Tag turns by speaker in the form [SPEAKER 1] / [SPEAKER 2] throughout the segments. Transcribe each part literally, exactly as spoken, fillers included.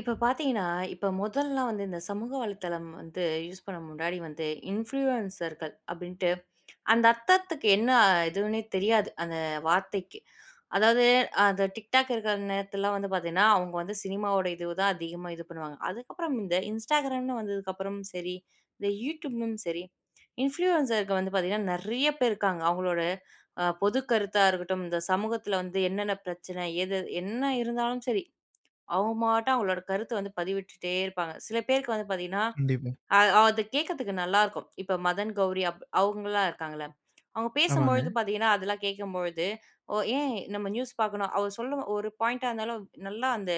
[SPEAKER 1] இப்ப பார்த்தீங்கன்னா, இப்ப முதல்லாம் வந்து இந்த சமூக வலைத்தளம் வந்து யூஸ் பண்ண முன்னாடி வந்து இன்ஃப்ளூயன்சர்கள் அப்டின்ட்டு, அந்த அர்த்தத்துக்கு என்ன எதுவுன்னே தெரியாது, அந்த வார்த்தைக்கு. அதாவது அந்த TikTok இருக்கிற நேரத்துலலாம் வந்து பார்த்தீங்கன்னா, அவங்க வந்து சினிமாவோட இது தான் அதிகமா இது பண்ணுவாங்க. அதுக்கப்புறம் இந்த Instagramன்னு வந்ததுக்கப்புறம் சரி, இந்த YouTubeம் சரி, இன்ஃப்ளூயன்சருக்கு வந்து பார்த்தீங்கன்னா, நெறைய பேர் இருக்காங்க. அவங்களோட அ பொது கருத்தா இருக்கட்டும், இந்த சமூகத்துல வந்து என்னென்ன பிரச்சனை, எது என்ன இருந்தாலும் சரி, அவங்க மாட்டும் அவங்களோட கருத்த வந்து பதிவிட்டுட்டே இருப்பாங்க. சில பேருக்கு வந்து பார்த்தீங்கன்னா,
[SPEAKER 2] கண்டிப்பா.
[SPEAKER 1] அ அது கேட்கறதுக்கு நல்லாருக்கும். இப்ப மதன், கௌரி அப் அவங்கலாம் இருக்காங்கல்ல. அவங்க
[SPEAKER 2] ஆமாங்க.
[SPEAKER 1] பேசும்பொழுது பார்த்தீங்கன்னா, அதெல்லாம் கேட்கும்பொழுது, "ஓ ஏன் நம்ம நியூஸ் பார்க்கணும்?" அவர் சொல்லும் ஒரு பாயிண்ட்டா இருந்தாலும் நல்லா அந்த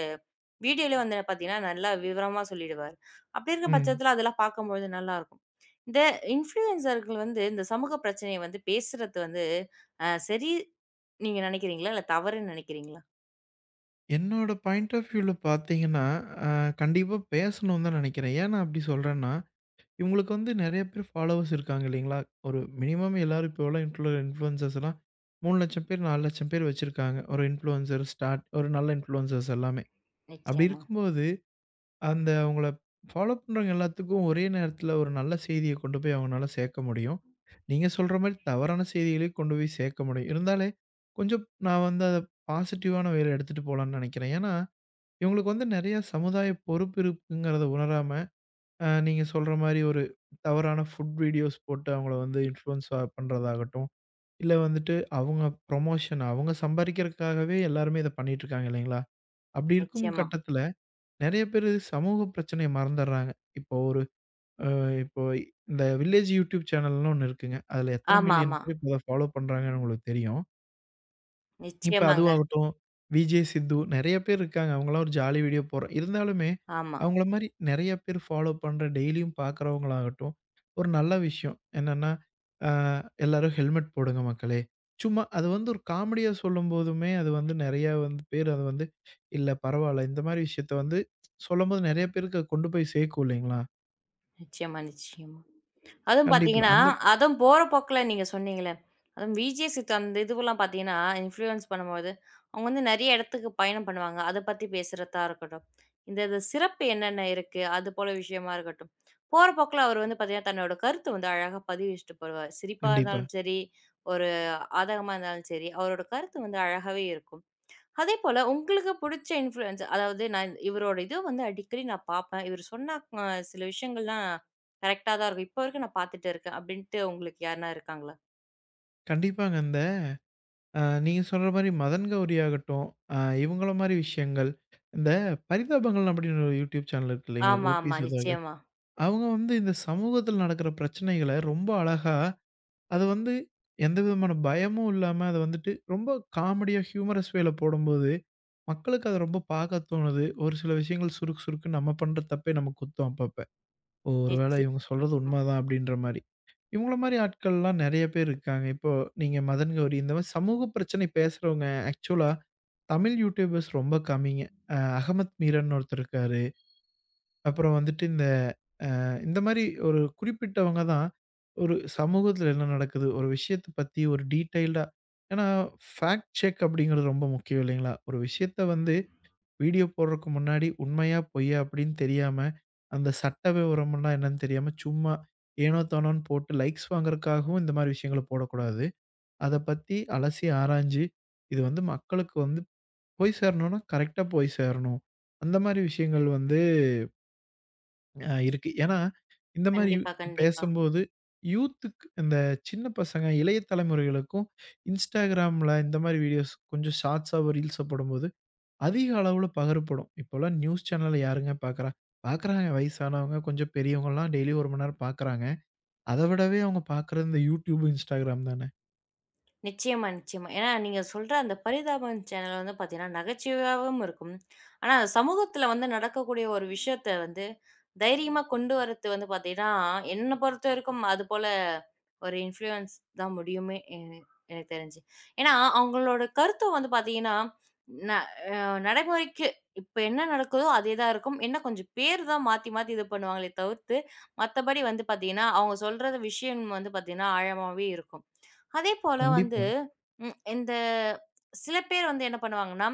[SPEAKER 1] வீடியோலயே வந்து பார்த்தீங்கன்னா, நல்லா விவரமா சொல்லிடுவாரு. அப்படி இருக்க
[SPEAKER 2] ம்.
[SPEAKER 1] பட்சத்தில அதெல்லாம் பார்க்கும்பொழுது நல்லாருக்கும். இந்த இன்ஃப்ளூயன்சர்கள் வந்து இந்த சமூக பிரச்சனைய வந்து பேசுறது வந்து அ சரி நீங்க நினைக்கிறீங்களா? இல்ல தவறுன்னு நினைக்கிறீங்களா?
[SPEAKER 2] என்னோட பாயிண்ட் ஆஃப் வியூல பார்த்தீங்கன்னா, அ கண்டிப்பா பேசணும்னு தான் நெனைக்கிறேன். ஏன் நான் அப்டி சொல்றேன்னா, இவங்களுக்கு வந்து நெறைய பேர் ஃபாலோவர்ஸ் இருக்காங்க இல்லைங்களா? ஒரு மினிமம் எல்லாரும் இப்போ உள்ள இன்ஃப்ளு இன்ஃப்ளூயன்சர்ஸ்லாம் மூணு லட்சம் பேர், நாலு லட்சம் பேர் வச்சிருக்காங்க. ஒரு இன்ஃப்ளூயன்சர் ஸ்டார்ட் ஒரு நல்ல இன்ஃப்ளூயன்சர்ஸ் எல்லாமே. அப்டி
[SPEAKER 1] நிச்சயமா,
[SPEAKER 2] இருக்கும்போது அந்த அவங்கள ஃபாலோ பண்றவங்க எல்லாத்துக்கும் ஒரே நேரத்துல ஒரு நல்ல செய்திய கொண்டு போய் அவங்கனால சேர்க்க முடியும். நீங்க சொல்ற மாரி தவறான செய்திகளையும் கொண்டு போய் சேர்க்க முடியும். இருந்தாலே, கொஞ்சம் நான் வந்து அத பாசிட்டிவான வேல எடுத்துட்டு போலான்னு நெனைக்கிறேன். ஏன்னா, இவங்களுக்கு வந்து நெறைய சமுதாய பொறுப்பு இருக்குங்கிறத உணராம, அ நீங்க சொல்ற மாரி ஒரு தவறான ஃபுட் வீடியோஸ் போட்டு அவங்கள வந்து இன்ஃப்ளூயன்ஸ் அ பண்றதாகட்டும், இல்ல வந்துட்டு அவங்க ப்ரமோஷன் அவங்க சம்பாரிக்கிறதுக்காகவே எல்லாருமே இத பண்ணிட்டு இருக்காங்க இல்லைங்களா? அப்படி இருக்கும்
[SPEAKER 1] நிச்சயமா.
[SPEAKER 2] கட்டத்துல நெறைய பேரு சமூக பிரச்சனைய மறந்துர்றாங்க. இப்போ ஒரு அ இப்போ இந்த வில்லேஜ் யூடியூப் சேனல்னு ஒண்ணு இருக்குங்க. அதுல எத்தன மில்லியன்
[SPEAKER 1] ஆமாமா.
[SPEAKER 2] பேர் இப்ப அத ஃபாலோ பண்றாங்கன்னு உங்களுக்கு தெரியும். இப்ப
[SPEAKER 1] நிச்சயமாங்க.
[SPEAKER 2] அதுவாகட்டும், விஜே சித்து நெறைய பேர் இருக்காங்க. அவங்கலாம் ஒரு ஜாலி வீடியோ போடுற இருந்தாலுமே,
[SPEAKER 1] ஆமா.
[SPEAKER 2] அவங்கள மாரி நெறைய பேர் ஃபாலோ பண்ற டெய்லியும் பார்க்குறவங்களாகட்டும், ஒரு நல்ல விஷயம் என்னன்னா, அ எல்லாரும் ஹெல்மெட் போடுங்க மக்களே. சும்மா அது வந்து ஒரு காமெடியா சொல்லும்போதுமே, அது வந்து நெறையா வந்து பேர் அத வந்து, இல்ல பரவால்ல இந்த மாரி விஷயத்த வந்து சொல்லும்போது நெறைய பேருக்கு அது கொண்டு போய் சேர்க்கும் இல்லைங்களா?
[SPEAKER 1] நிச்சயமா, நிச்சயமா. அதுவும்
[SPEAKER 2] கண்டிப்பா.
[SPEAKER 1] பார்த்தீங்கன்னா,
[SPEAKER 2] அந்த
[SPEAKER 1] அதுவும் போற போக்குல நீங்க சொன்னீங்களே, அதுவும் விஜே சித்து அந்த இதுவெல்லாம் பார்த்தீங்கன்னா, இன்ஃப்ளூயன்ஸ் பண்ணும்போது, அவங்க வந்து நெறைய இடத்துக்கு பயணம் பண்ணுவாங்க. அத பத்தி பேசுறதா இருக்கட்டும். இந்த இது சிறப்பு என்னென்ன இருக்கு? அது போல விஷயமா இருக்கட்டும். போற போக்குல அவர் வந்து பார்த்தீங்கன்னா, தன்னோட கருத்து வந்து அழகா பதிவிச்சுட்டு போடுவார். சிரிப்பா
[SPEAKER 2] கண்டிப்பா.
[SPEAKER 1] இருந்தாலும் சரி, ஒரு ஆதகமா இருந்தாலும் சரி, அவரோட கருத்து வந்து அழகாவே இருக்கும். அதே போல உங்களுக்கு புடிச்ச இன்ஃப்ளூயன்சர் அதாவது நான் இவரோட இது வந்து அடிக்கடி நான் பார்ப்பேன். இவரு சொன்னா அ சில விஷயங்கள்லாம் கரெக்ட்டா தான் இருக்கும். இப்போ வரைக்கும் நான் பார்த்துட்டு இருக்கேன். அப்படின்ட்டு உங்களுக்கு யாருனா இருக்காங்களா?
[SPEAKER 2] கண்டிப்பாங்க. அந்த அ நீங்க சொல்ற மாரி மதன் கௌரி ஆகட்டும், அ இவங்கள மாரி விஷயங்கள், இந்த பரிதாபங்கள் அப்படின்னு ஒரு யூடியூப் சேனல் இருக்கு இல்லைங்களா?
[SPEAKER 1] ஆமா,
[SPEAKER 2] கோபி
[SPEAKER 1] ஆமா.
[SPEAKER 2] சுதாகர்.
[SPEAKER 1] நிச்சயமா.
[SPEAKER 2] அவங்க வந்து இந்த சமூகத்துல நடக்கிற பிரச்சனைகள ரொம்ப அழகா, அத வந்து எந்த விதமான பயமும் இல்லாம அத வந்துட்டு ரொம்ப காமெடியா, ஹியூமரஸ் வேல போடும்போது, மக்களுக்கு அத ரொம்ப பார்க்க தோணுது. ஒரு சில விஷயங்கள் சுருக்கு சுருக்கு நம்ம பண்ற தப்பே நமக்கு குத்தும் அப்ப. ஓ! ஒருவேளை
[SPEAKER 1] நிச்சயம்.
[SPEAKER 2] இவங்க சொல்றது உண்மதான் அப்படின்ற மாரி. இவங்கள மாரி ஆட்கள்லாம் நெறைய பேர் இருக்காங்க. இப்போ நீங்க மதன் கௌரி இந்த மாரி சமூக பிரச்சனை பேசுறவங்க ஆக்சுவலா தமிழ் யூடியூபர்ஸ் ரொம்ப கம்மிங்க. அ அகமத் மீரன் ஒருத்தர் இருக்காரு. அப்புறம் வந்துட்டு இந்த இந்த மாரி ஒரு குறிப்பிட்டவங்க தான் ஒரு சமூகத்தில என்ன நடக்குது? ஒரு விஷயத்த பத்தி ஒரு டீட்டெயில்டா ஏன்னா ஃபேக்ட் செக் அப்படிங்கிறது ரொம்ப முக்கியம் இல்லைங்களா? ஒரு விஷயத்த வந்து வீடியோ போடுறதுக்கு முன்னாடி உண்மையா, பொய்யா அப்படின்னு தெரியாம, அந்த சட்ட விவரம்லாம் என்னன்னு தெரியாம, சும்மா ஏனோ தானோன்னு போட்டு லைக்ஸ் வாங்குறதுக்காகவும் இந்த மாரி விஷயங்கள போடக்கூடாது. அத பத்தி அலசி ஆராய்ஞ்சு, இது வந்து மக்களுக்கு வந்து போய் சேரணும்னா, கரெக்ட்டா போய் சேரணும். அந்த மாரி விஷயங்கள் வந்து அ இருக்கு. ஏன்னா, இந்த மாரி யு
[SPEAKER 1] கண்டிப்பா, கண்டிப்பா.
[SPEAKER 2] பேசும்போது யூத்துக்கு இந்த சின்ன பசங்க, இளைய தலைமுறைகளுக்கும் Instagramல இந்த மாரி வீடியோஸ் கொஞ்சம் ஷார்ட்ஸாவோ, ரீல்ஸோ போடும்போது அதிக அளவுல பகரப்படும். இப்போலாம் நியூஸ் சேனல யாருங்க பார்க்குறா? பார்க்குறாங்க வயசானவங்க, கொஞ்சம் பெரியவங்கலாம் டெய்லி ஒரு மணி நேரம் பார்க்குறாங்க. அத விடவே அவங்க பார்க்குறது இந்த YouTube, Instagram தானே.
[SPEAKER 1] நிச்சயமா, நிச்சயமா. ஏன்னா நீங்க சொல்ற அந்த பரிதாபம் சேனல் வந்து பார்த்தீங்கன்னா, நகைச்சுவையாவும் இருக்கும். ஆனா அது சமூகத்துல வந்து நடக்கக்கூடிய ஒரு விஷயத்த வந்து தைரியமா கொண்டு வரது வந்து பார்த்தீங்கன்னா, என்ன பொறுத்தவரைக்கும் அதுபோல ஒரு இன்ஃப்ளூயன்ஸ் தான் முடியுமே எ எனக்கு தெரிஞ்சு. ஏன்னா அவங்களோட கருத்தும் வந்து பார்த்தீங்கன்னா, ந அஹ் நடைமுறைக்கு இப்ப என்ன நடக்குதோ அதே தான் இருக்கும். என்ன கொஞ்சம் பேர் தான் மாத்தி மாத்தி இது பண்ணுவாங்களே தவிர்த்து, மத்தபடி வந்து பார்த்தீங்கன்னா, அவங்க சொல்றது விஷயம் வந்து பார்த்தீங்கன்னா, ஆழமாவே இருக்கும். அதே போல வந்து
[SPEAKER 2] கண்டிப்பா,
[SPEAKER 1] ம், இந்த சில பேர் வந்து என்ன பண்ணுவாங்கன்னா,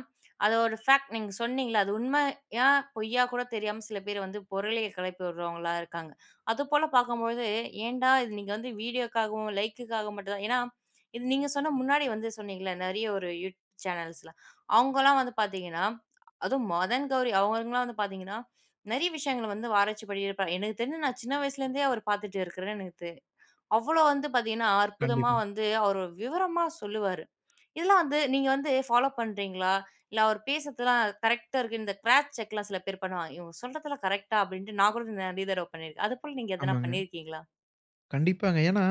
[SPEAKER 1] அத ஒரு ஃபேக்ட் நீங்க சொன்னீங்கல்ல, அது உண்மையா, பொய்யா கூட தெரியாம சில பேர் வந்து பொருளைய கிளப்பி விடுறவங்களா இருக்காங்க. அதுபோல பார்க்கும்போது, ஏன்டா இது நீங்க வந்து வீடியோக்காகவும், லைக்குக்காக மட்டும் தான் ஏன்னா, இது நீங்க சொன்ன முன்னாடி வந்து சொன்னீங்கல்ல, நெறைய ஒரு யூடியூப் சேனல்ஸ்ல. அவங்கலாம் வந்து பார்த்தீங்கன்னா, அதுவும் மதன் கௌரி அவங்களுக்குலாம் வந்து பார்த்தீங்கன்னா, நெறைய விஷயங்கள வந்து ஆராய்ச்சி பண்ணியிருப்பாங்க. எனக்கு தெரிஞ்சு நான் சின்ன வயசுலேருந்தே அவர பார்த்துட்டு இருக்கிறேன்னு எனக்கு தெ அவ்வளோ வந்து பார்த்தீங்கன்னா, அற்புதமா
[SPEAKER 2] கண்டிப்பா.
[SPEAKER 1] வந்து அவரு விவரமா சொல்லுவாரு. இதெல்லாம் வந்து நீங்க வந்து ஃபாலோ பண்றீங்களா? இல்ல அவர் பேசுறதெல்லாம் கரெக்ட்டா இருக்கு. இந்த கிராஸ் செக்லாம் சில பேர் பண்ணுவாங்க. இவங்க சொல்றதெல்லாம் கரெக்ட்டா அப்டின்ட்டு நான் கூட நெறைய தடவ பண்ணியிருக்கேன். அதுபோல நீங்க எதனா
[SPEAKER 2] ஆமாங்க.
[SPEAKER 1] பண்ணியிருக்கீங்களா?
[SPEAKER 2] கண்டிப்பாங்க. ஏன்னா,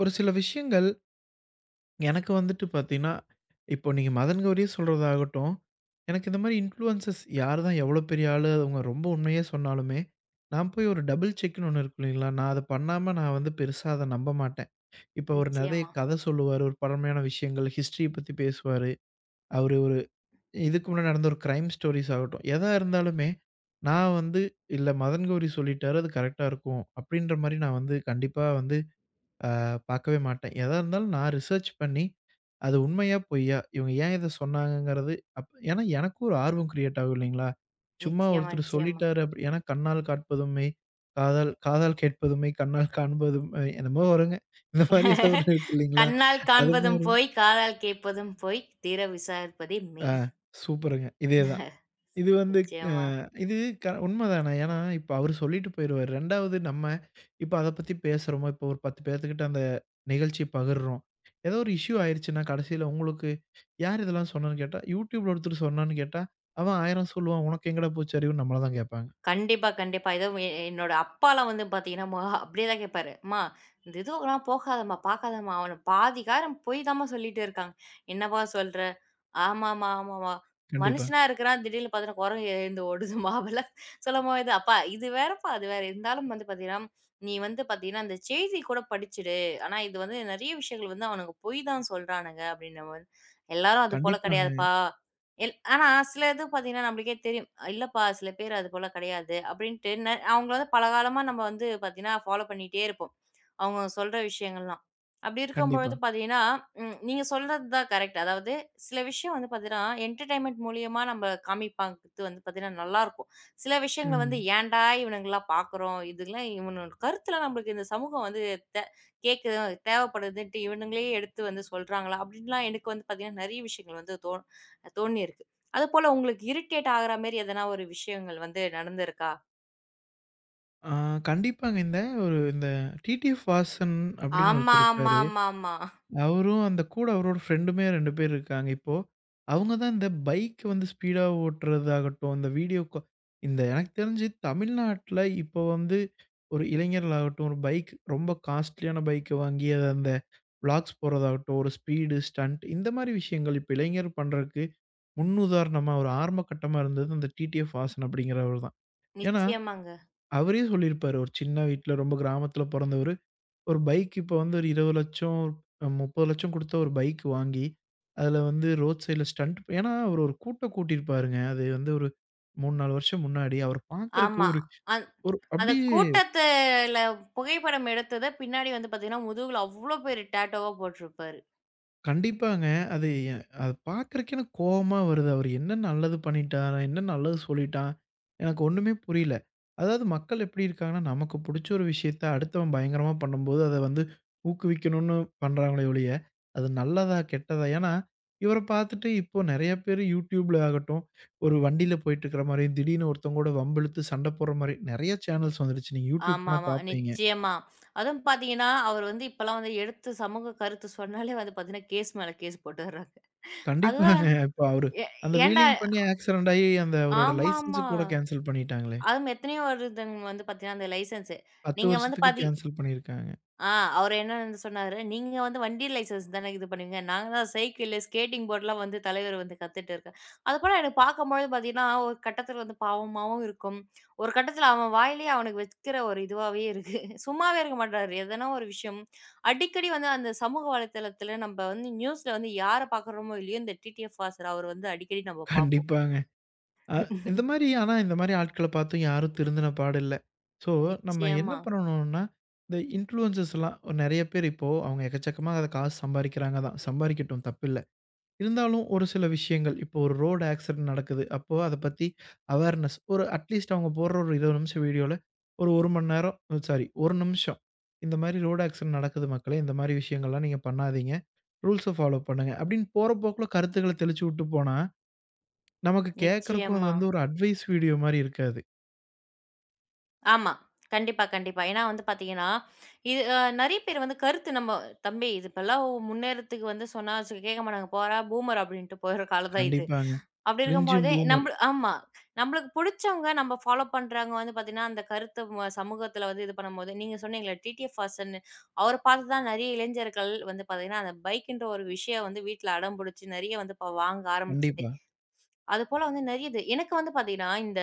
[SPEAKER 2] ஒரு சில விஷயங்கள் எனக்கு வந்துட்டு பார்த்தீங்கன்னா, இப்போ நீங்க மதன் கௌரியே சொல்றதாகட்டும், எனக்கு இந்த மாரி இன்ஃப்ளூயன்சஸ் யார் தான் எவ்வளோ பெரிய ஆளு, அவங்க ரொம்ப உண்மையே சொன்னாலுமே, நான் போய் ஒரு டபுள் செக்ன்னு ஒண்ணு இருக்கு இல்லைங்களா? நான் அத பண்ணாம நான் வந்து பெருசா அத நம்ப மாட்டேன். இப்ப அவரு நெறைய
[SPEAKER 1] நிச்சயமா,
[SPEAKER 2] கத சொல்லுவாரு. ஒரு பழமையான விஷயங்கள், ஹிஸ்டரிய பத்தி பேசுவாரு. அவரு ஒரு இதுக்கு முன்னாடி நடந்த ஒரு கிரைம் ஸ்டோரீஸ் ஆகட்டும், எதா இருந்தாலுமே, நான் வந்து, "இல்ல மதன் கௌரி சொல்லிட்டாரு. அது கரெக்ட்டா இருக்கும்." அப்படின்ற மாரி நான் வந்து கண்டிப்பா வந்து அ பார்க்கவே மாட்டேன். எதா இருந்தாலும் நான் ரிசர்ச் பண்ணி, அது உண்மையா பொய்யா? இவங்க ஏன் இத சொன்னாங்கங்கிறது அப் ஏன்னா எனக்கும் ஒரு ஆர்வம் கிரியேட் ஆகும் இல்லைங்களா? சும்மா
[SPEAKER 1] நிச்சயமா,
[SPEAKER 2] ஒருத்தர்
[SPEAKER 1] நிச்சயமா.
[SPEAKER 2] சொல்லிட்டாரு அப்படி ஏன்னா கண்ணால் காட்பதும் மெய், காதால் காதால் கேட்பதும் மெய், கண்ணால் காண்பதும் மெய் என்னமோ வருங்க. இந்த மாரி ஏதோ ஒண்ணு இருக்கு இல்லைங்களா?
[SPEAKER 1] கண்ணால்
[SPEAKER 2] அது
[SPEAKER 1] காண்பதும்
[SPEAKER 2] மாரி
[SPEAKER 1] போய், காதால் கேட்பதும் போய், தீர விசாரிப்பதே
[SPEAKER 2] ஆ
[SPEAKER 1] மெய்.
[SPEAKER 2] சூப்பருங்க. இதே தான். இது வந்து அ
[SPEAKER 1] நிச்சயமா.
[SPEAKER 2] இது க உண்மதானே. ஏன்னா, இப்ப அவரு சொல்லிட்டு போயிருவாரு. இரண்டாவது நம்ம இப்ப அத பத்தி பேசுறோமா, இப்ப ஒரு பத்து பேத்துக்கிட்ட அந்த நிகழ்ச்சிய பகிர்றோம். ஏதோ ஒரு இஷ்யூ ஆயிருச்சுன்னா, கடைசியில உங்களுக்கு யார் இதெல்லாம் சொன்னான்னு கேட்டா, YouTubeல ஒருத்தர் சொன்னான்னு கேட்டா, அவன் ஆயிரம் சொல்லுவான். உனக்கு எங்கடா போச்சு அறிவுன்னு நம்மள தான் கேட்பாங்க.
[SPEAKER 1] கண்டிப்பா, கண்டிப்பா. இதுவும் எ என்னோட அப்பாலாம் வந்து பார்த்தீங்கன்னா, மொ அப்படியே தான் கேட்பாரு. "அம்மா, இந்த இதுவுக்குலாம் போகாதம்மா, பார்க்காதம்மா. அவன பாதி காரம் பொய் தாம்மா சொல்லிட்டு இருக்காங்க." "என்னப்பா சொல்ற?" "ஆமாம்மா, ஆமாம்மா.
[SPEAKER 2] கண்டிப்பா.
[SPEAKER 1] மனுஷனா இருக்கிறான், திடீர்னு பார்த்தீங்கன்னா, குரங்கு எழுந்து ஓடுதும்மா." அப்பலாம் சொல்லும்போது, "அப்பா இது வேறப்பா, அது வேற. இருந்தாலும் வந்து பார்த்தீங்கன்னா, நீ வந்து பார்த்தீங்கன்னா, அந்த செய்தி கூட படிச்சுடு. ஆனா இது வந்து நெறைய விஷயங்கள் வந்து அவனுங்க பொய் தான் சொல்றானுங்க." அப்படின்னும்போது, "எல்லாரும் அது போல
[SPEAKER 2] கண்டிப்பாங்க.
[SPEAKER 1] கிடையாதுப்பா." எல் ஆனா சில இது பார்த்தீங்கன்னா, நம்மளுக்கே தெரியும். இல்லப்பா சில பேர் அது போல கிடையாது அப்படின்ட்டு ந அவங்கள வந்து பல காலமா நம்ம வந்து பார்த்தீங்கன்னா, ஃபாலோ பண்ணிட்டே இருப்போம். அவங்க சொல்ற விஷயங்கள்லாம். அப்படி
[SPEAKER 2] கண்டிப்பா.
[SPEAKER 1] இருக்கும்பொழுது பார்த்தீங்கன்னா, ம் நீங்க சொல்றது தான் கரெக்ட். அதாவது சில விஷயம் வந்து பார்த்தீங்கன்னா, என்டர்டெயின்மென்ட் மூலியமா நம்ம காமிப்பாங்கிறது வந்து பார்த்தீங்கன்னா, நல்லாருக்கும். சில விஷயங்கள வந்து
[SPEAKER 2] ம்.
[SPEAKER 1] ஏன்டா இவனுங்கலாம் பார்க்குறோம். இதுலாம் இவனோட கருத்துலாம் நம்மளுக்கு இந்த சமூகம் வந்து தே கேட்குது தேவைப்படுதுன்ட்டு இவனுங்களே எடுத்து வந்து சொல்றாங்களா? அப்படின்லாம் எனக்கு வந்து பார்த்தீங்கன்னா, நெறைய விஷயங்கள் வந்து தோ தோணியிருக்கு. அதுபோல உங்களுக்கு இரிட்டேட் ஆகுற மாரி எதனா ஒரு விஷயங்கள் வந்து நடந்திருக்கா?
[SPEAKER 2] ஆ கண்டிப்பாங்க. இந்த ஒரு இந்த டிடிஎஃப் வாசன் அப்படின்னு
[SPEAKER 1] ஆமா,
[SPEAKER 2] ஒருத்தர்
[SPEAKER 1] ஆமா,
[SPEAKER 2] இருக்காரு.
[SPEAKER 1] ஆமா, ஆமா.
[SPEAKER 2] அவரும் அந்த கூட அவரோட ஃப்ரெண்டுமே ரெண்டு பேர் இருக்காங்க. இப்போ அவங்க தான் இந்த பைக் வந்து ஸ்பீடா ஓட்டுறதாகட்டும், இந்த வீடியோ கா இந்த எனக்கு தெரிஞ்சு தமிழ்நாட்ல இப்போ வந்து ஒரு இளைஞர்களாகட்டும், ஒரு பைக் ரொம்ப காஸ்ட்லியான பைக்க வாங்கி அத அந்த விளாக்ஸ் போடுறதாகட்டும், ஒரு ஸ்பீடு, ஸ்டண்ட் இந்த மாரி விஷயங்கள் இப்ப இளைஞர் பண்றதுக்கு முன்னுதாரணமா ஒரு ஆரம்ப கட்டமா இருந்தது அந்த டிடிஎஃப் வாசன் அப்படிங்கிறவரு தான். ஏன்னா,
[SPEAKER 1] நிச்சயமாங்க.
[SPEAKER 2] அவரே சொல்லியிருப்பாரு ஒரு சின்ன வீட்ல ரொம்ப கிராமத்தில பொறந்தவரு. ஒரு பைக் இப்ப வந்து ஒரு இருபது லட்சம் அ முப்பது லட்சம் குடுத்து ஒரு பைக் வாங்கி, அதுல வந்து ரோட் சைட்ல ஸ்டண்ட் ஏன்னா அவரு ஒரு கூட்டம் கூட்டியிருப்பாருங்க. அது வந்து ஒரு மூணு, நாலு வருஷம் முன்னாடி அவர பார்க்கறக்கு
[SPEAKER 1] ஆமா.
[SPEAKER 2] ஒரு
[SPEAKER 1] அந்
[SPEAKER 2] ஒரு
[SPEAKER 1] அந்த
[SPEAKER 2] அப்படியே
[SPEAKER 1] கூட்டத்துல புகைப்படம் எடுத்தத பின்னாடி வந்து பார்த்தீங்கன்னா, முதுகுல அவ்ளோ பெரிய டேட்டூவா போட்டிருப்பாரு.
[SPEAKER 2] கண்டிப்பாங்க. அது எ அது பார்க்கறக்கே எனக்கு கோவமா வருது. அவரு என்ன நல்லது பண்ணிட்டாரு? என்ன நல்லது சொல்லிட்டான்? எனக்கு ஒண்ணுமே புரியல. அதாவது மக்கள் எப்படி இருக்காங்கன்னா, நமக்கு புடிச்ச ஒரு விஷயத்த அடுத்தவன் பயங்கரமா பண்ணும்போது, அத வந்து ஊக்குவிக்கணும்னு பண்றாங்களே ஒழிய, அது நல்லதா? கெட்டதா? ஏன்னா, இவர பார்த்துட்டு இப்போ நெறைய பேர் YouTubeல ஆகட்டும், ஒரு வண்டியில போயிட்டுருக்கிற மாரியும், திடீர்னு ஒருத்தவங்க கூட வம்பிழுத்து சண்ட போடுற மாரி நெறைய சேனல்ஸ் வந்துருச்சு. நீங்க YouTube போனா
[SPEAKER 1] ஆமாமா,
[SPEAKER 2] பார்ப்பீங்க.
[SPEAKER 1] நிச்சயமா. அதுவும் பார்த்தீங்கன்னா, அவர் வந்து இப்பலாம் வந்து எடுத்து சமூக கருத்து சொன்னாலே வந்து பார்த்தீங்கன்னா, கேஸ் மேல கேஸ் போட்டுர்றாங்க. அதுதான்
[SPEAKER 2] கண்டிப்பாங்க. இப்ப அவரு
[SPEAKER 1] எ
[SPEAKER 2] அந்த
[SPEAKER 1] ஏன்டா
[SPEAKER 2] வீலிங் பண்ணி ஆக்சிடென்ட் ஆயி அந்த அவரோட லைசென்ஸ்
[SPEAKER 1] ஆமாமா.
[SPEAKER 2] கூட கேன்சல் பண்ணிட்டாங்களே!
[SPEAKER 1] அதுவும் எத்தனையோ வருதுங்க வந்து பார்த்தீங்கன்னா, அந்த லைசென்ஸு.
[SPEAKER 2] பத்து
[SPEAKER 1] நீங்க வந்து
[SPEAKER 2] வருஷத்துக்கு
[SPEAKER 1] பாத்தி
[SPEAKER 2] கேன்சல் பண்ணியிருக்காங்க.
[SPEAKER 1] ஆ அவரு என்னன்னு சொன்னாரு, "நீங்க வந்து வண்டி லைசென்ஸ் தானே இது பண்ணுவீங்க. நாங்க தான் சைக்கிளு, ஸ்கேட்டிங் போர்ட்லாம் வந்து தலைவர் வந்து கத்துட்டு இருக்காரு." அது போல எனக்கு பார்க்கும்பொழுது பார்த்தீங்கன்னா, ஒரு கட்டத்தில வந்து பாவமாவும் இருக்கும். ஒரு கட்டத்தில அவன் வாயிலேயே அவனுக்கு வைக்கிற ஒரு இதுவாவே இருக்கு. சும்மாவே இருக்க மாட்டாரு. எதனா ஒரு விஷயம் அடிக்கடி வந்து அந்த சமூக வலைதளத்தில நம்ப வந்து நியூஸ்ல வந்து யார பார்க்குறோமோ இல்லையோ, இந்த டிடிஎஃப் வாசர் அவர வந்து அடிக்கடி நம்ம பார்ப்போம்.
[SPEAKER 2] கண்டிப்பாங்க. அ இந்த மாரி ஆனா இந்த மாரி ஆட்கள பார்த்தும் யாரும் திருந்தின பாடு இல்ல. ஸோ, நம்ம என்ன
[SPEAKER 1] நிச்சயமா,
[SPEAKER 2] பண்ணணும்னா, இந்த இன்ஃப்ளூயன்சர்ஸ்லாம் நெறைய பேர் இப்போ அவங்க எக்கச்சக்கமா அத காசு சம்பாரிக்கிறாங்க தான். சம்பாரிக்கட்டும் தப்பில்ல. இருந்தாலும் ஒரு சில விஷயங்கள், இப்போ ஒரு ரோடு ஆக்சிடென்ட் நடக்குது. அப்போ அத பத்தி அவேர்னஸ் ஒரு அட்லீஸ்ட் அவங்க போடுற ஒரு இருபது நிமிஷம் வீடியோல ஒரு 1 மணி நேரம் சாரி ஒரு நிமிஷம் இந்த மாரி ரோடு ஆக்சிடென்ட் நடக்குது மக்களே. இந்த மாரி விஷயங்கள்லாம் நீங்க பண்ணாதீங்க. ரூல்ஸ ஃபாலோ பண்ணுங்க. அப்படின்னு போற போக்குல கருத்துக்கள தெளிச்சு விட்டு போனா, நமக்கு கேட்கறக்கும் அது
[SPEAKER 1] நிச்சயமா.
[SPEAKER 2] வந்து ஒரு அட்வைஸ் வீடியோ மாரி இருக்காது.
[SPEAKER 1] ஆமா. கண்டிப்பா, கண்டிப்பா. ஏன்னா வந்து பார்த்தீங்கன்னா, இது அ நெறைய பேர் வந்து கருத்து நம்ம "தம்பி இது இப்பலாம் முன்னேறத்துக்கு வந்து சொன்னா சு கேட்க மாட்டாங்க. போடா பூமர்" அப்படின்ட்டு போயிற காலம் தான் இது.
[SPEAKER 2] கண்டிப்பாங்க.
[SPEAKER 1] அப்படி
[SPEAKER 2] கிரிஞ்சும்
[SPEAKER 1] இருக்கும்போது
[SPEAKER 2] பூமர்.
[SPEAKER 1] நம்ப ஆமா. நம்மளுக்கு புடிச்சவங்க நம்ம ஃபாலோ பண்றவங்க வந்து பார்த்தீங்கன்னா, அந்த கருத்து ம சமூகத்தில வந்து இது பண்ணும்போது நீங்க சொன்னீங்கல்ல டிடிஎஃப் வாசன் அவர பார்த்து தான் நெறைய இளைஞர்கள் வந்து பார்த்தீங்கன்னா, அந்த பைக்குன்ற ஒரு விஷயம் வந்து வீட்ல அடம் புடிச்சு நெறைய வந்து இப்ப வாங்க ஆரம்பிச்சதே.
[SPEAKER 2] கண்டிப்பா.
[SPEAKER 1] அதுபோல வந்து நெறைய இது. எனக்கு வந்து பார்த்தீங்கன்னா, இந்த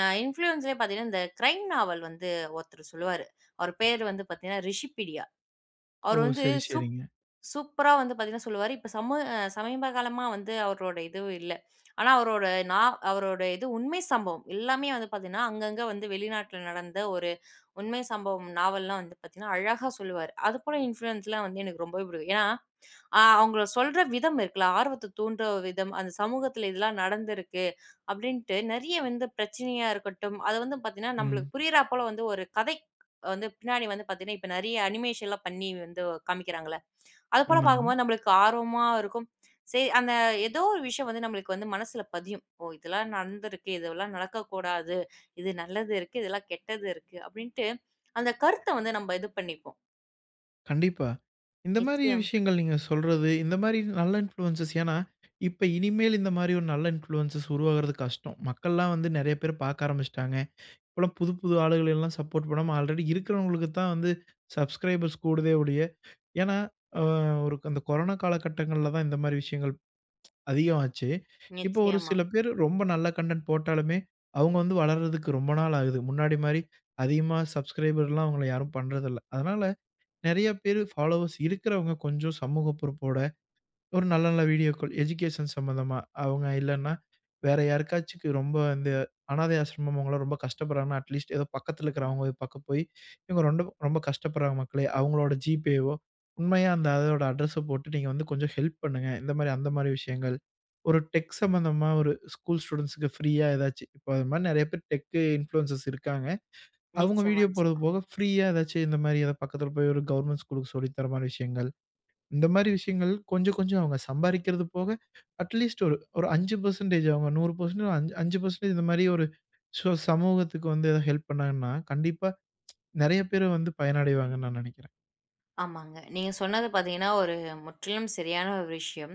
[SPEAKER 1] அ இன்ஃப்ளூயன்ஸ்லயே பார்த்தீங்கன்னா, இந்த கிரைம் நாவல் வந்து ஒருத்தர் சொல்லுவாரு. அவர் பேரு வந்து பார்த்தீங்கன்னா, ரிஷிபீடியா.
[SPEAKER 2] ஓ!
[SPEAKER 1] அவர் வந்து
[SPEAKER 2] சரி,
[SPEAKER 1] சூப்
[SPEAKER 2] சரிங்க.
[SPEAKER 1] சூப்பரா வந்து பார்த்தீங்கன்னா சொல்லுவாரு. இப்ப சம அ சமீப காலமா வந்து அவரோட இது இல்ல. ஆனா அவரோட நா அவரோட இது உண்மை சம்பவம் எல்லாமே வந்து பார்த்தீங்கன்னா, அங்கங்க வந்து வெளிநாட்டுல நடந்த ஒரு உண்மை சம்பவம் நாவல்லாம் வந்து பார்த்தீங்கன்னா, அழகா சொல்லுவாரு. அதுபோல இன்ஃப்ளூயன்ஸ்லாம் வந்து எனக்கு ரொம்பவே பிடிக்கும். ஏன்னா, ஆ அவுங்க சொல்ற விதம் இருக்குல்ல, ஆர்வத்த தூண்டுற விதம், அந்த சமூகத்துல இதெல்லாம் நடந்திருக்கு அப்டின்ட்டு நெறைய வந்து பிரச்சனையா இருக்கட்டும், அத வந்து பாத்தீங்கன்னா,
[SPEAKER 2] ம்.
[SPEAKER 1] நம்மளுக்கு புரியிறா போல வந்து ஒரு கதை வந்து பின்னாடி வந்து பாத்தீங்கன்னா, இப்ப நெறைய அனிமேஷன்லாம் பண்ணி வந்து காமிக்கிறாங்கல்ல. அது போல
[SPEAKER 2] ஆமாங்க.
[SPEAKER 1] பாக்கும்போது நம்மளுக்கு ஆர்வமா இருக்கும். சரி, அந்த ஏதோ ஒரு விஷயம் வந்து நம்மளுக்கு வந்து மனசுல பதியும். ஓ! இதெல்லாம் நடந்திருக்கு, இதெல்லாம் நடக்கக்கூடாது, இது நல்லது இருக்கு, இதெல்லாம் கெட்டது இருக்கு அப்டின்ட்டு, அந்த கருத்த வந்து நம்ம இது பண்ணிப்போம்.
[SPEAKER 2] கண்டிப்பா. இந்த மாரி
[SPEAKER 1] நிச்சயம்,
[SPEAKER 2] விஷயங்கள் நீங்க சொல்றது, இந்த மாரி நல்ல இன்ஃப்ளூயன்ஸஸ் ஏன்னா, இப்ப இனிமேல் இந்த மாரி ஒரு நல்ல இன்ஃப்ளூயன்ஸஸ் உருவாகுறது கஷ்டம். மக்கள்லாம் வந்து நெறைய பேர் பார்க்க ஆரம்பிச்சுட்டாங்க. இப்பலாம் புது புது ஆளுகள எல்லாம் சப்போர்ட் பண்ணாம ஆல்ரெடி இருக்கிறவங்களுக்கு தான் வந்து சப்ஸ்கிரைபர்ஸ் கூடுதே ஒழிய, ஏன்னா அ ஒரு அந்த கொரோனா காலகட்டங்கள்ல தான் இந்த மாரி விஷயங்கள் அதிகமாச்சு. இப்போ ஒரு
[SPEAKER 1] நிச்சயமா,
[SPEAKER 2] சில பேர் ரொம்ப நல்ல கன்டென்ட் போட்டாலுமே, அவங்க வந்து வளர்றதுக்கு ரொம்ப நாள் ஆகுது. முன்னாடி மாரி அதிகமா சப்ஸ்கிரைபர்லாம் அவங்கள யாரும் பண்றதில்ல. அதனால நெறைய பேரு ஃபாலோவர்ஸ் இருக்கிறவங்க கொஞ்சம் சமூக பொறுப்போட, ஒரு நல்ல நல்ல வீடியோக்கள் எஜுகேஷன் சம்மந்தமா, அவங்க இல்லன்னா, வேற யாருக்காச்சுக்கு ரொம்ப இந்த அனாதை ஆசிரமம் அவங்கலாம் ரொம்ப கஷ்டப்படுறாங்கன்னா, அட்லீஸ்ட் ஏதோ பக்கத்துல இருக்கிறவங்க போய் பக்கம் போய், இவங்க ரொம்ப ரொம்ப கஷ்டப்படுறாங்க மக்களே, அவங்களோட ஜிபேவோ, உண்மையா அந்த அதோட அட்ரஸ போட்டு நீங்க வந்து கொஞ்சம் ஹெல்ப் பண்ணுங்க. இந்த மாரி, அந்த மாரி விஷயங்கள். ஒரு டெக் சம்மந்தமா ஒரு ஸ்கூல் ஸ்டூடண்ட்ஸ்க்கு ஃப்ரீயா ஏதாச்சு இப்போ அது மாரி நெறைய பேர் டெக்கு இன்ஃப்ளூயன்சர்ஸ் இருக்காங்க. அவங்க
[SPEAKER 1] நிச்சயமா,
[SPEAKER 2] வீடியோ போறது
[SPEAKER 1] நிச்சயமா.
[SPEAKER 2] போக, ஃப்ரீயா ஏதாச்சும் இந்த மாரி ஏதாவது பக்கத்துல போய் ஒரு கவர்மெண்ட் ஸ்கூலுக்கு சொல்லி தர மாரி விஷயங்கள். இந்த மாரி விஷயங்கள் கொஞ்சம் கொஞ்சம் அவங்க சம்பாரிக்கிறது போக, அட்லீஸ்ட் ஒரு ஒரு அஞ்சு பர்சன்ட் அவங்க நூறு பர்சன்ட் அஞ்சு பர்சன்ட் இந்த மாரி ஒரு சோ சமூகத்துக்கு வந்து ஏதாவது ஹெல்ப் பண்ணாங்கன்னா, கண்டிப்பா நெறைய பேர் வந்து பயனடைவாங்கன்னு நான் நெனைக்கிறேன்.
[SPEAKER 1] ஆமாங்க. நீங்க சொன்னது பார்த்தீங்கன்னா, ஒரு முற்றிலும் சரியான ஒரு விஷயம்.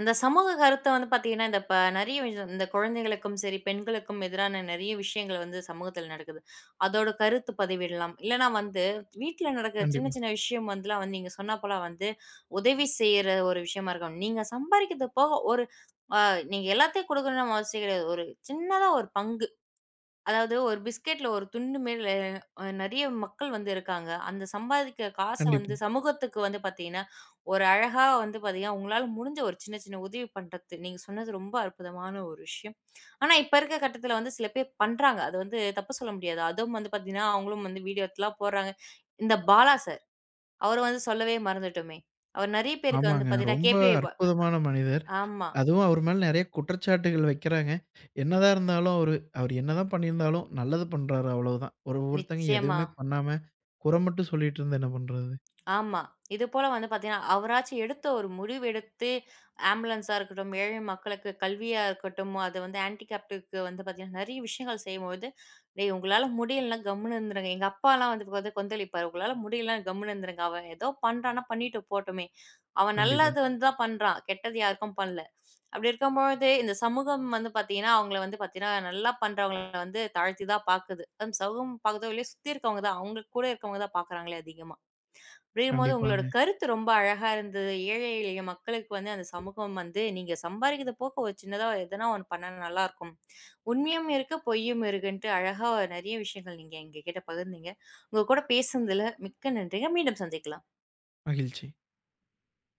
[SPEAKER 1] இந்த சமூக கருத்த வந்து பார்த்தீங்கன்னா, இந்த ப நெறைய விஷயம் இந்த குழந்தைகளுக்கும் சரி, பெண்களுக்கும் எதிரான நெறைய விஷயங்கள் வந்து சமூகத்தில நடக்குது. அதோட கருத்து பதிவிடலாம். இல்லன்னா வந்து வீட்ல நடக்கிற சின்ன
[SPEAKER 2] கண்டிப்பா,
[SPEAKER 1] சின்ன விஷயம் வந்துலாம் வந்து நீங்க சொன்னா போல வந்து உதவி செய்ற ஒரு விஷயமா இருக்கும். நீங்க சம்பாரிக்கிறது போக ஒரு அ நீங்க எல்லாத்தையும் குடுக்கணும்னு அவசியம் கிடையாது. ஒரு சின்னதா ஒரு பங்கு அதாவது ஒரு பிஸ்கட்ல ஒரு துண்டு மேல அ நெறைய மக்கள் வந்து இருக்காங்க. அந்த சம்பாதிக்கிற காச
[SPEAKER 2] கண்டிப்பா.
[SPEAKER 1] வந்து சமூகத்துக்கு வந்து பார்த்தீங்கன்னா, ஒரு அழகா வந்து பார்த்தீங்கன்னா, உங்களால முடிஞ்ச ஒரு சின்ன சின்ன உதவி பண்றது. நீங்க சொன்னது ரொம்ப அற்புதமான ஒரு விஷயம். ஆனா இப்ப இருக்க கட்டத்துல வந்து சில பேர் பண்றாங்க. அது வந்து தப்பு சொல்ல முடியாது. அதுவும் வந்து பார்த்தீங்கன்னா, அவங்களும் வந்து வீடியோ எல்லாம் போடுறாங்க. இந்த பாலா சார், அவர வந்து சொல்லவே மறந்துட்டோமே! அவர் நெறைய பேருக்கு வந்து
[SPEAKER 2] ஆமாங்க.
[SPEAKER 1] பார்த்தீங்கன்னா,
[SPEAKER 2] ரொம்ப
[SPEAKER 1] கேபி பா
[SPEAKER 2] அற்புதமான மனிதர்.
[SPEAKER 1] ஆமா.
[SPEAKER 2] அதுவும் அவர் மேல நெறைய குற்றச்சாட்டுகள் வைக்கிறாங்க. என்னதான் இருந்தாலும் அவரு அவரு என்னதான் பண்ணியிருந்தாலும் நல்லது பண்றாரு அவ்வளவுதான். ஒரு ஒருத்தங்க
[SPEAKER 1] நிச்சயமா.
[SPEAKER 2] எதுவுமே பண்ணாம குறை மட்டும் சொல்லிட்டு இருந்தா என்ன பண்றது?
[SPEAKER 1] ஆமா. இது போல வந்து பார்த்தீங்கன்னா, அவராச்சும் எடுத்த ஒரு முடிவு எடுத்து ஆம்புலன்ஸா இருக்கட்டும், ஏழை மக்களுக்கு கல்வியா இருக்கட்டும், அது வந்து ஹேண்டிகேப்டுக்கு வந்து பார்த்தீங்கன்னா, நெறைய விஷயங்கள் செய்யும்போது, "டேய் உங்களால முடியலன்னா கம்முனு இருந்துருங்க." எங்க அப்பாலாம் வந்து வந்து கொந்தளிப்பாரு. "உங்களால முடியலன்னா கம்முனு இருந்துருங்க. அவன் ஏதோ பண்றான்னா பண்ணிட்டு போட்டுமே. அவன்
[SPEAKER 2] கண்டிப்பா,
[SPEAKER 1] நல்லது வந்து தான் பண்றான். கெட்டது யாருக்கும் பண்ணல." அப்படி இருக்கும்பொழுது, இந்த சமூகம் வந்து பார்த்தீங்கன்னா, அவங்கள வந்து பார்த்தீங்கன்னா, நல்லா பண்றவங்கள வந்து தாழ்த்தி தான் பார்க்குது. அதுவும் சமூகம் பார்க்குதோ இல்லையோ, சுத்தி இருக்கவங்க தான். அவங்க கூட இருக்கவங்க தான் பார்க்குறாங்களே அதிகமா. அப்படிங்கும்போது உங்களோட
[SPEAKER 2] கண்டிப்பாங்க.
[SPEAKER 1] கருத்து ரொம்ப அழகா இருந்தது. ஏழை எளிய மக்களுக்கு வந்து அந்த சமூகம் வந்து, நீங்க சம்பாரிக்கிறத போக ஒரு சின்னதா எதனா ஒண்ணு பண்ணா நல்லாருக்கும். உண்மையும் இருக்கு, பொய்யும் இருக்குன்ட்டு அழகா நெறைய விஷயங்கள் நீங்க எங்ககிட்ட பகிர்ந்தீங்க. உங்க கூட பேசுனதுல மிக்க நன்றிங்க. மீண்டும் சந்திக்கலாம்.
[SPEAKER 2] மகிழ்ச்சி.